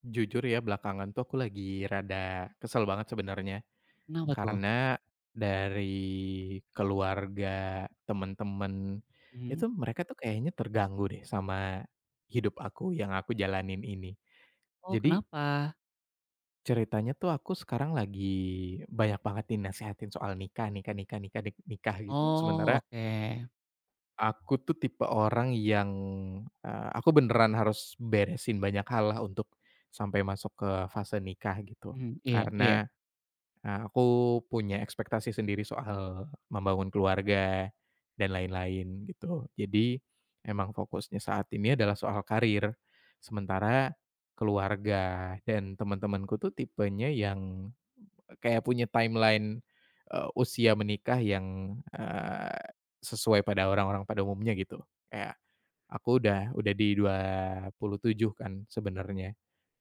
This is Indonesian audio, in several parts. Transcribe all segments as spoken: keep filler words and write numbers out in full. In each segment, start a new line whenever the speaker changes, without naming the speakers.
Jujur ya belakangan tuh aku lagi rada kesel banget sebenarnya,
Kenapa tuh?
karena dari keluarga, temen-temen, itu
Mhm.
mereka tuh kayaknya terganggu deh sama hidup aku yang aku jalanin ini.
Oh
Jadi
kenapa?
ceritanya tuh aku sekarang lagi banyak banget dinasehatin soal nikah nikah nikah nikah nik nikah gitu,
Oh
sementara
oke.
Aku tuh tipe orang yang, eee, aku beneran harus beresin banyak hal lah untuk sampai masuk ke fase nikah gitu.
Mhm, iya iya.
Karena, eee, aku punya ekspektasi sendiri soal membangun keluarga dan lain-lain gitu. Jadi emang fokusnya saat ini adalah soal karir. Sementara keluarga dan teman-temanku tuh tipenya yang Kayak punya timeline, eee, usia menikah yang, eee, sesuai pada orang-orang pada umumnya gitu. Kayak aku udah udah di dua puluh tujuh kan sebenarnya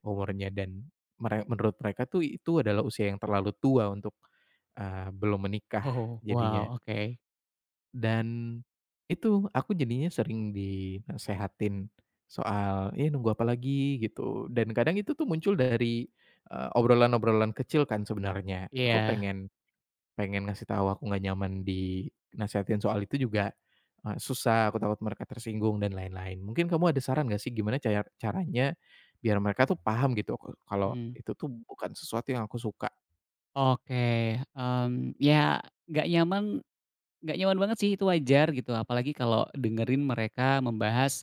umurnya dan mere menurut mereka tuh itu adalah usia yang terlalu tua untuk, eee, belum menikah
Oh
jadinya.
wow oke.
Dan itu, aku jadinya sering dinasehatin soal, "Eh, nunggu apa lagi?" Gitu, dan kadang itu tuh muncul dari, eee, obrolan-obrolan kecil kan sebenarnya. Aku
Iya,
pengen pengen ngasih tahu aku nggak nyaman dinasehatin soal itu juga, eee, susah, aku takut mereka tersinggung dan lain-lain. Mungkin kamu ada saran nggak sih gimana caya caranya biar mereka tuh paham gitu, kalau
mhm.
itu tuh bukan sesuatu yang aku suka?
Oke, mmm, ya nggak nyaman nggak nyaman banget sih itu wajar gitu apalagi kalau dengerin mereka membahas,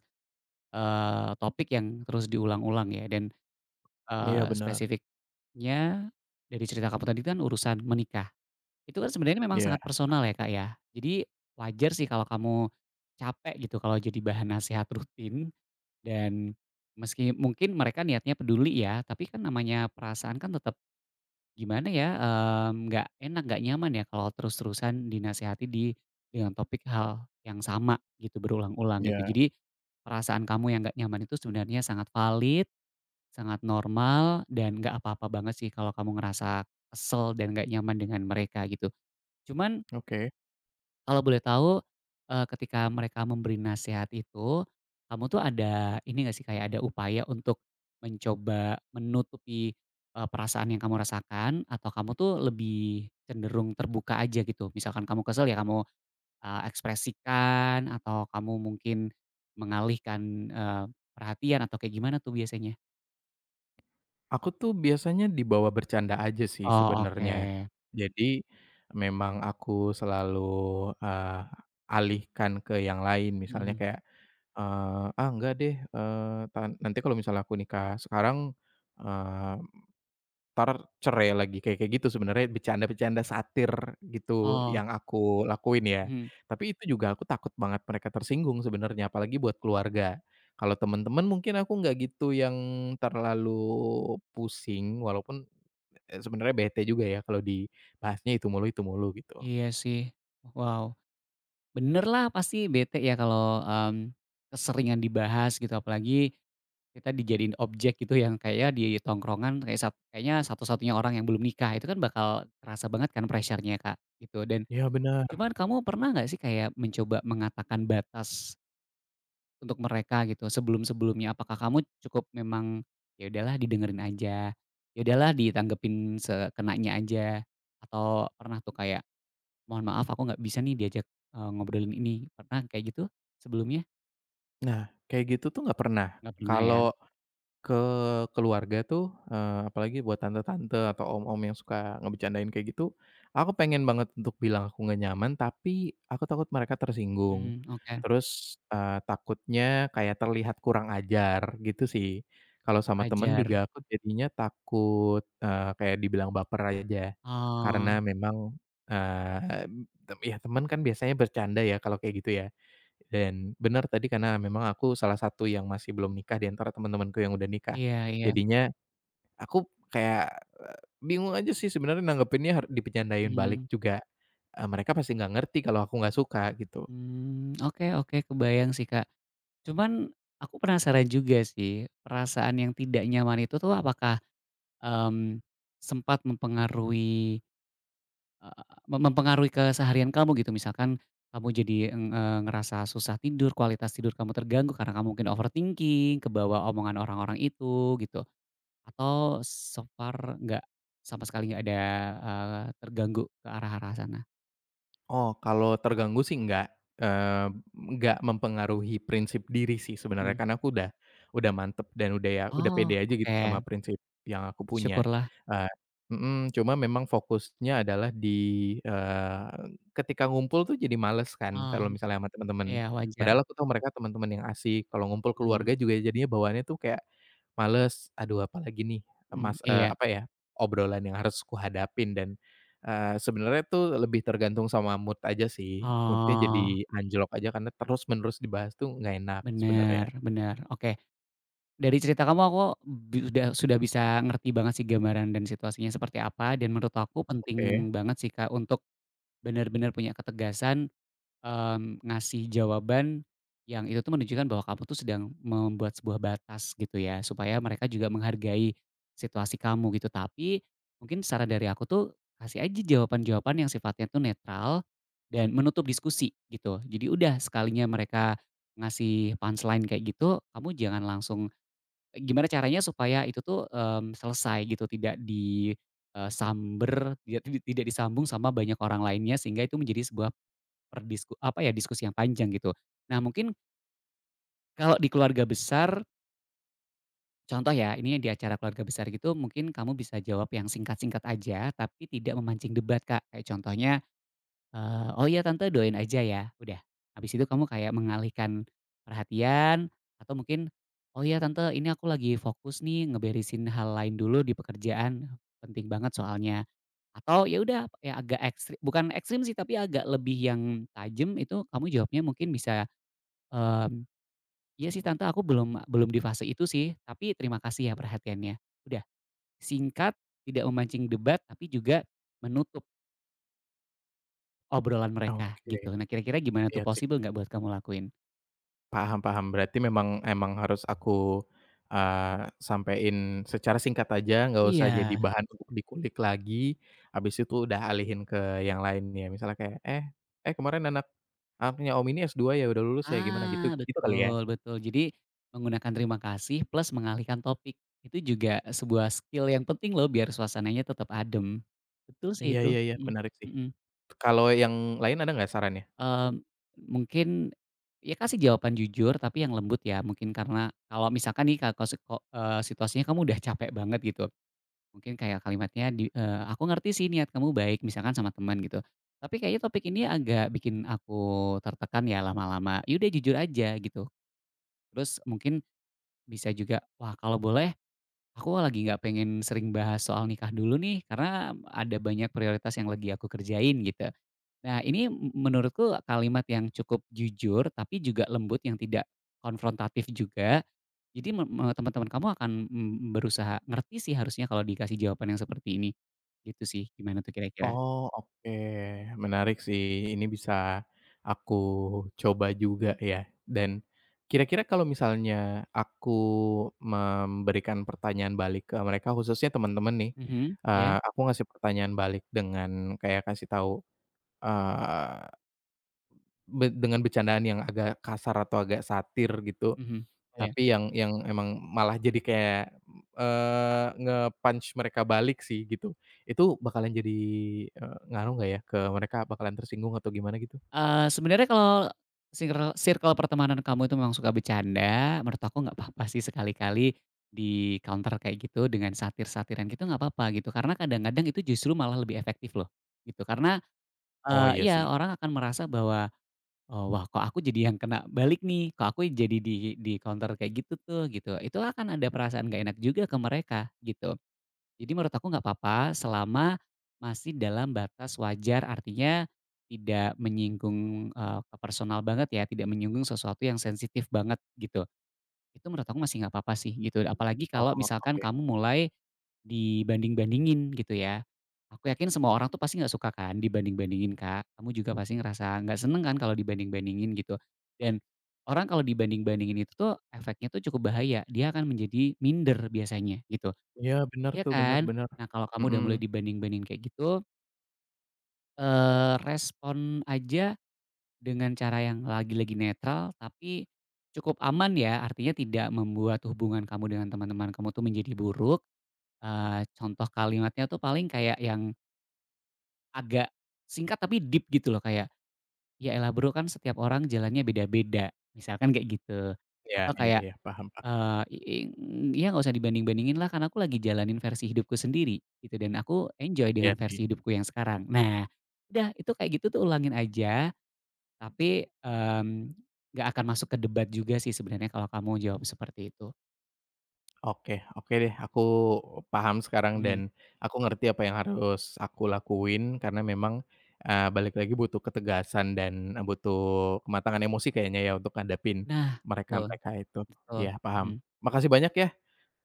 eee, topik yang terus diulang-ulang ya dan,
Iya
eee,
benar.
spesifiknya dari cerita kamu tadi kan urusan menikah. Itu kan sebenarnya memang
Iya
sangat personal ya Kak ya. Jadi wajar sih kalau kamu capek gitu kalau jadi bahan nasehat rutin. Dan meski mungkin mereka niatnya peduli ya, tapi kan namanya perasaan kan tetap gimana ya, mmm, nggak enak, nggak nyaman ya kalau terus-terusan dinasehati di dengan topik hal yang sama gitu, berulang-ulang gitu.
iya,
Jadi perasaan kamu yang nggak nyaman itu sebenarnya sangat valid, sangat normal, dan nggak apa-apa banget sih kalau kamu ngerasa kesel dan nggak nyaman dengan mereka gitu. Cuman
oke.
kalau boleh tahu, eee, ketika mereka memberi nasihat itu, kamu tuh ada ini nggak sih, kayak ada upaya untuk mencoba menutupi, eee, perasaan yang kamu rasakan atau kamu tuh lebih cenderung terbuka aja gitu? Misalkan kamu kesel ya kamu, eee, ekspresikan atau kamu mungkin mengalihkan, eee, perhatian atau kayak gimana tuh biasanya?
Aku tuh biasanya dibawa bercanda aja sih
Oh oke,
sebenarnya. Jadi memang aku selalu, eee, alihkan ke yang lain misalnya
mhm,
kayak, eee, "Ah, enggak deh, eee, tan nanti kalau misalnya aku nikah sekarang, eh, Entar cerai lagi, kayak kayak gitu sebenarnya bercanda-bercanda satir gitu
oh,
yang aku lakuin ya.
mhm,
Tapi itu juga aku takut banget mereka tersinggung sebenarnya, apalagi buat keluarga. Kalau teman-teman mungkin aku nggak gitu yang terlalu pusing, walaupun, eee, sebenarnya bete juga ya kalau dibahasnya itu mulu itu mulu gitu.
iya sih, wow. Bener lah pasti bete ya kalau, mmm, keseringan dibahas gitu apalagi kita dijadiin objek gitu yang kayak di tongkrongan kayak sat kayaknya satu-satunya orang yang belum nikah itu kan bakal terasa banget kan pressure-nya Kak, gitu dan
Iya bener.
cuman kamu pernah nggak sih kayak mencoba mengatakan batas untuk mereka gitu sebelum-sebelumnya? Apakah kamu cukup memang, ya udahlah didengerin aja, ya udahlah ditanggepin sekenanya aja, atau pernah tuh kayak "Mohon maaf aku nggak bisa nih diajak, eee, ngobrolin ini." Pernah kayak gitu sebelumnya?
Nah, kayak gitu tuh nggak pernah.
Nggak pernah ya?
Kalau Ke keluarga tuh, eee, apalagi buat tante-tante atau om-om yang suka ngebercandain kayak gitu, aku pengen banget untuk bilang aku nggak nyaman, tapi aku takut mereka tersinggung.
Mhm, oke.
Terus, eee, takutnya kayak terlihat kurang ajar gitu sih. Kalau sama temen
Wajar.
juga aku jadinya takut, eee, kayak dibilang baper aja. Karena
Oh,
memang, eee, tem ya temen kan biasanya bercanda ya kalau kayak gitu ya. Dan benar tadi karena memang aku salah satu yang masih belum nikah di antara teman-temanku yang udah nikah.
iya iya.
Jadinya aku kayak, eee, bingung aja sih sebenarnya nanggepinnya har dibercandain balik
Mhm.
juga, eee, mereka pasti nggak ngerti kalau aku nggak suka gitu.
Mmm, oke oke kebayang sih, Kak. Cuman aku penasaran juga sih, perasaan yang tidak nyaman itu tuh apakah, mmm, sempat mempengaruhi, eee, mem mempengaruhi keseharian kamu gitu? Misalkan kamu jadi, eng eee, ngerasa susah tidur, kualitas tidur kamu terganggu karena kamu mungkin overthinking, kebawa omongan orang-orang itu gitu. Atau so far nggak, sama sekali nggak ada, eee, terganggu ke arah-arah sana?
Oh, kalau terganggu sih nggak eee, enggak mempengaruhi prinsip diri sih sebenarnya,
Mhm.
karena aku udah udah mantep dan udah ya udah
Oh,
pede aja gitu
oke,
sama prinsip yang aku punya.
syukurlah.
Eee mhm, Cuma memang fokusnya adalah di eee, ketika ngumpul tuh jadi males kan
Oh,
kalau misalnya sama temen-temen.
iya wajar.
Padahal aku tahu mereka teman-teman yang asik, kalau ngumpul
Mhm
keluarga juga jadinya bawaannya tuh kayak males, "Aduh apalagi nih, eee,
mhm,
mas" eee,
iya.
apa ya, obrolan yang harus kuhadapin dan Eee, sebenarnya tuh lebih tergantung sama mood aja sih, mood-nya
Oh,
jadi anjlok aja karena terus-menerus dibahas tuh nggak enak
bener
sebenarnya.
bener, oke. Dari cerita kamu aku bi udah sudah bisa ngerti banget sih gambaran dan situasinya seperti apa dan menurut aku penting
Oke
banget sih Kak untuk bener-bener punya ketegasan. Mmm, ngasih jawaban yang itu tuh menunjukkan bahwa kamu tuh sedang membuat sebuah batas gitu ya, supaya mereka juga menghargai situasi kamu gitu. Tapi mungkin saran dari aku tuh kasih aja jawaban-jawaban yang sifatnya tuh netral dan menutup diskusi gitu. Jadi udah sekalinya mereka ngasih punchline kayak gitu, kamu jangan langsung gimana caranya supaya itu tuh, mmm, selesai gitu, tidak di, eee, samber, tidak tidak disambung sama banyak orang lainnya sehingga itu menjadi sebuah Perdisku apa ya, diskusi yang panjang gitu. Nah mungkin kalau di keluarga besar, contoh ya ini di acara keluarga besar gitu mungkin kamu bisa jawab yang singkat-singkat aja tapi tidak memancing debat Kak, kayak contohnya, eee, "Oh iya tante doain aja ya," udah. Habis itu kamu kayak mengalihkan perhatian atau mungkin, "Oh iya tante ini aku lagi fokus nih ngeberesin hal lain dulu di pekerjaan, penting banget soalnya." Atau ya udah ya agak ekstrim, bukan ekstrim sih tapi agak lebih yang tajam itu kamu jawabnya mungkin bisa, mmm "Iya sih Tante, aku belum belum di fase itu sih, tapi terima kasih ya perhatiannya." Udah singkat, tidak memancing debat, tapi juga menutup obrolan mereka gitu.
oke,
Nah kira-kira gimana tuh,
iya sih,
possible nggak buat kamu lakuin?
paham paham. Berarti memang emang harus aku, eee, sampein secara singkat aja, nggak usah jadi
Iya,
bahan untuk dikulik lagi, habis itu udah alihin ke yang lainnya. Misalnya kayak, "Eh eh kemarin anak anaknya om ini es dua ya, udah lulus ya, gimana?" Gitu
ah,
gitu kali ya?
betul betul. Jadi menggunakan terima kasih plus mengalihkan topik, itu juga sebuah skill yang penting loh biar suasananya tetap adem. Betul sih
Iya
itu,
iya iya,
mhm
menarik sih.
mhm.
Kalau yang lain ada nggak sarannya?
Mmm, mungkin ya kasih jawaban jujur tapi yang lembut ya, mungkin karena kalau misalkan nih ka kos ko eee, situasinya kamu udah capek banget gitu, mungkin kayak kalimatnya di eee, "Aku ngerti sih niat kamu baik," misalkan sama teman gitu, "tapi kayaknya topik ini agak bikin aku tertekan ya lama-lama." Ya udah jujur aja gitu. Terus mungkin bisa juga, "Wah kalau boleh aku lagi nggak pengen sering bahas soal nikah dulu nih, karena ada banyak prioritas yang lagi aku kerjain gitu." Nah ini m- menurutku kalimat yang cukup jujur, tapi juga lembut yang tidak konfrontatif juga. Jadi me- me- teman-teman kamu akan mm, berusaha ngerti sih harusnya kalau dikasih jawaban yang seperti ini. Gitu sih, gimana tuh kira-kira?
Oh, oke. Menarik sih, ini bisa aku coba juga ya. Dan kira-kira kalau misalnya aku memberikan pertanyaan balik ke mereka, khususnya teman-teman nih,
Mhm, ya,
eee, aku ngasih pertanyaan balik dengan kayak kasih tahu, eee, be dengan bercandaan yang agak kasar atau agak satir gitu,
mhm, oh, ya.
tapi yang yang emang malah jadi kayak, eee, nge-punch mereka balik sih gitu. Itu bakalan jadi, eee, ngaruh nggak ya ke mereka bakalan tersinggung atau gimana gitu?
Eee, sebenarnya kalau sirl circle pertemanan kamu itu memang suka bercanda, menurut aku nggak apa-apa sih sekali-kali di-counter kayak gitu dengan satir-satiran gitu nggak apa-apa gitu, karena kadang-kadang itu justru malah lebih efektif loh, gitu. Karena,
Oh iya
eee, iya
sih.
orang akan merasa bahwa, eee, "Wah kok aku jadi yang kena balik nih, kok aku jadi di di-counter kayak gitu tuh," gitu. Itu akan ada perasaan nggak enak juga ke mereka, gitu. Jadi menurut aku nggak apa-apa selama masih dalam batas wajar, artinya tidak menyinggung, eee, ke personal banget ya, tidak menyinggung sesuatu yang sensitif banget gitu. Itu menurut aku masih nggak apa-apa sih gitu, apalagi kalau
Oh
misalkan
oke.
kamu mulai dibanding-bandingin gitu ya. Aku yakin semua orang tuh pasti nggak suka kan dibanding-bandingin, Kak. Kamu juga pasti ngerasa nggak seneng kan kalau dibanding-bandingin gitu. Dan orang kalau dibanding-bandingin itu tuh efeknya tuh cukup bahaya, dia akan menjadi minder biasanya gitu.
Iya bener
Iya
tuh, bener
kan?
bener.
Nah, kalau kamu udah
Mhm.
mulai dibanding-bandingin kayak gitu, eee, respon aja dengan cara yang lagi-lagi netral, tapi cukup aman ya, artinya tidak membuat hubungan kamu dengan teman-teman kamu tuh menjadi buruk, eee, contoh kalimatnya tuh paling kayak yang agak singkat tapi deep gitu loh, kayak, "Ya elah bro kan setiap orang jalannya beda-beda." Misalkan kayak gitu.
Iya
Atau
iya
kayak
iya, paham, Kak.
Eee, i ing ya nggak usah dibanding-bandingin lah, karena aku lagi jalanin versi hidupku sendiri, gitu, dan aku enjoy
Iya
dengan
sih.
versi hidupku yang sekarang. Nah, udah itu kayak gitu tuh ulangin aja, tapi, mmm, nggak akan masuk ke debat juga sih sebenarnya kalau kamu jawab seperti itu.
Oke oke deh, aku paham sekarang
Mhm.
dan aku ngerti apa yang harus aku lakuin karena memang, eee, balik lagi butuh ketegasan dan butuh kematangan emosi kayaknya ya untuk ngadepin
Nah betul
mereka-mereka itu.
betul,
Ya paham.
mhm.
Makasih banyak ya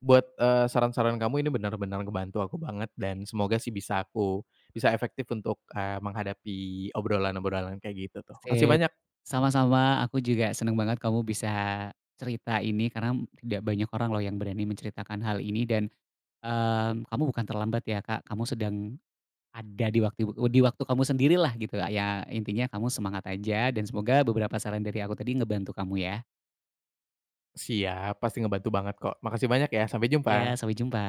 buat, eee, saran-saran kamu ini benar-benar ngebantu aku banget dan semoga sih bisa aku bisa efektif untuk, eee, menghadapi obrolan-obrolan kayak gitu tuh. Makasih
Sip,
banyak.
sama-sama, aku juga seneng banget kamu bisa cerita ini karena tidak banyak orang loh yang berani menceritakan hal ini dan, mmm, kamu bukan terlambat ya, Kak, kamu sedang ada di waktu di waktu kamu sendirilah gitu, ya intinya kamu semangat aja dan semoga beberapa saran dari aku tadi ngebantu kamu ya.
Siap, pasti ngebantu banget kok. Makasih banyak ya, sampai
Ya,
jumpa.
sampai jumpa.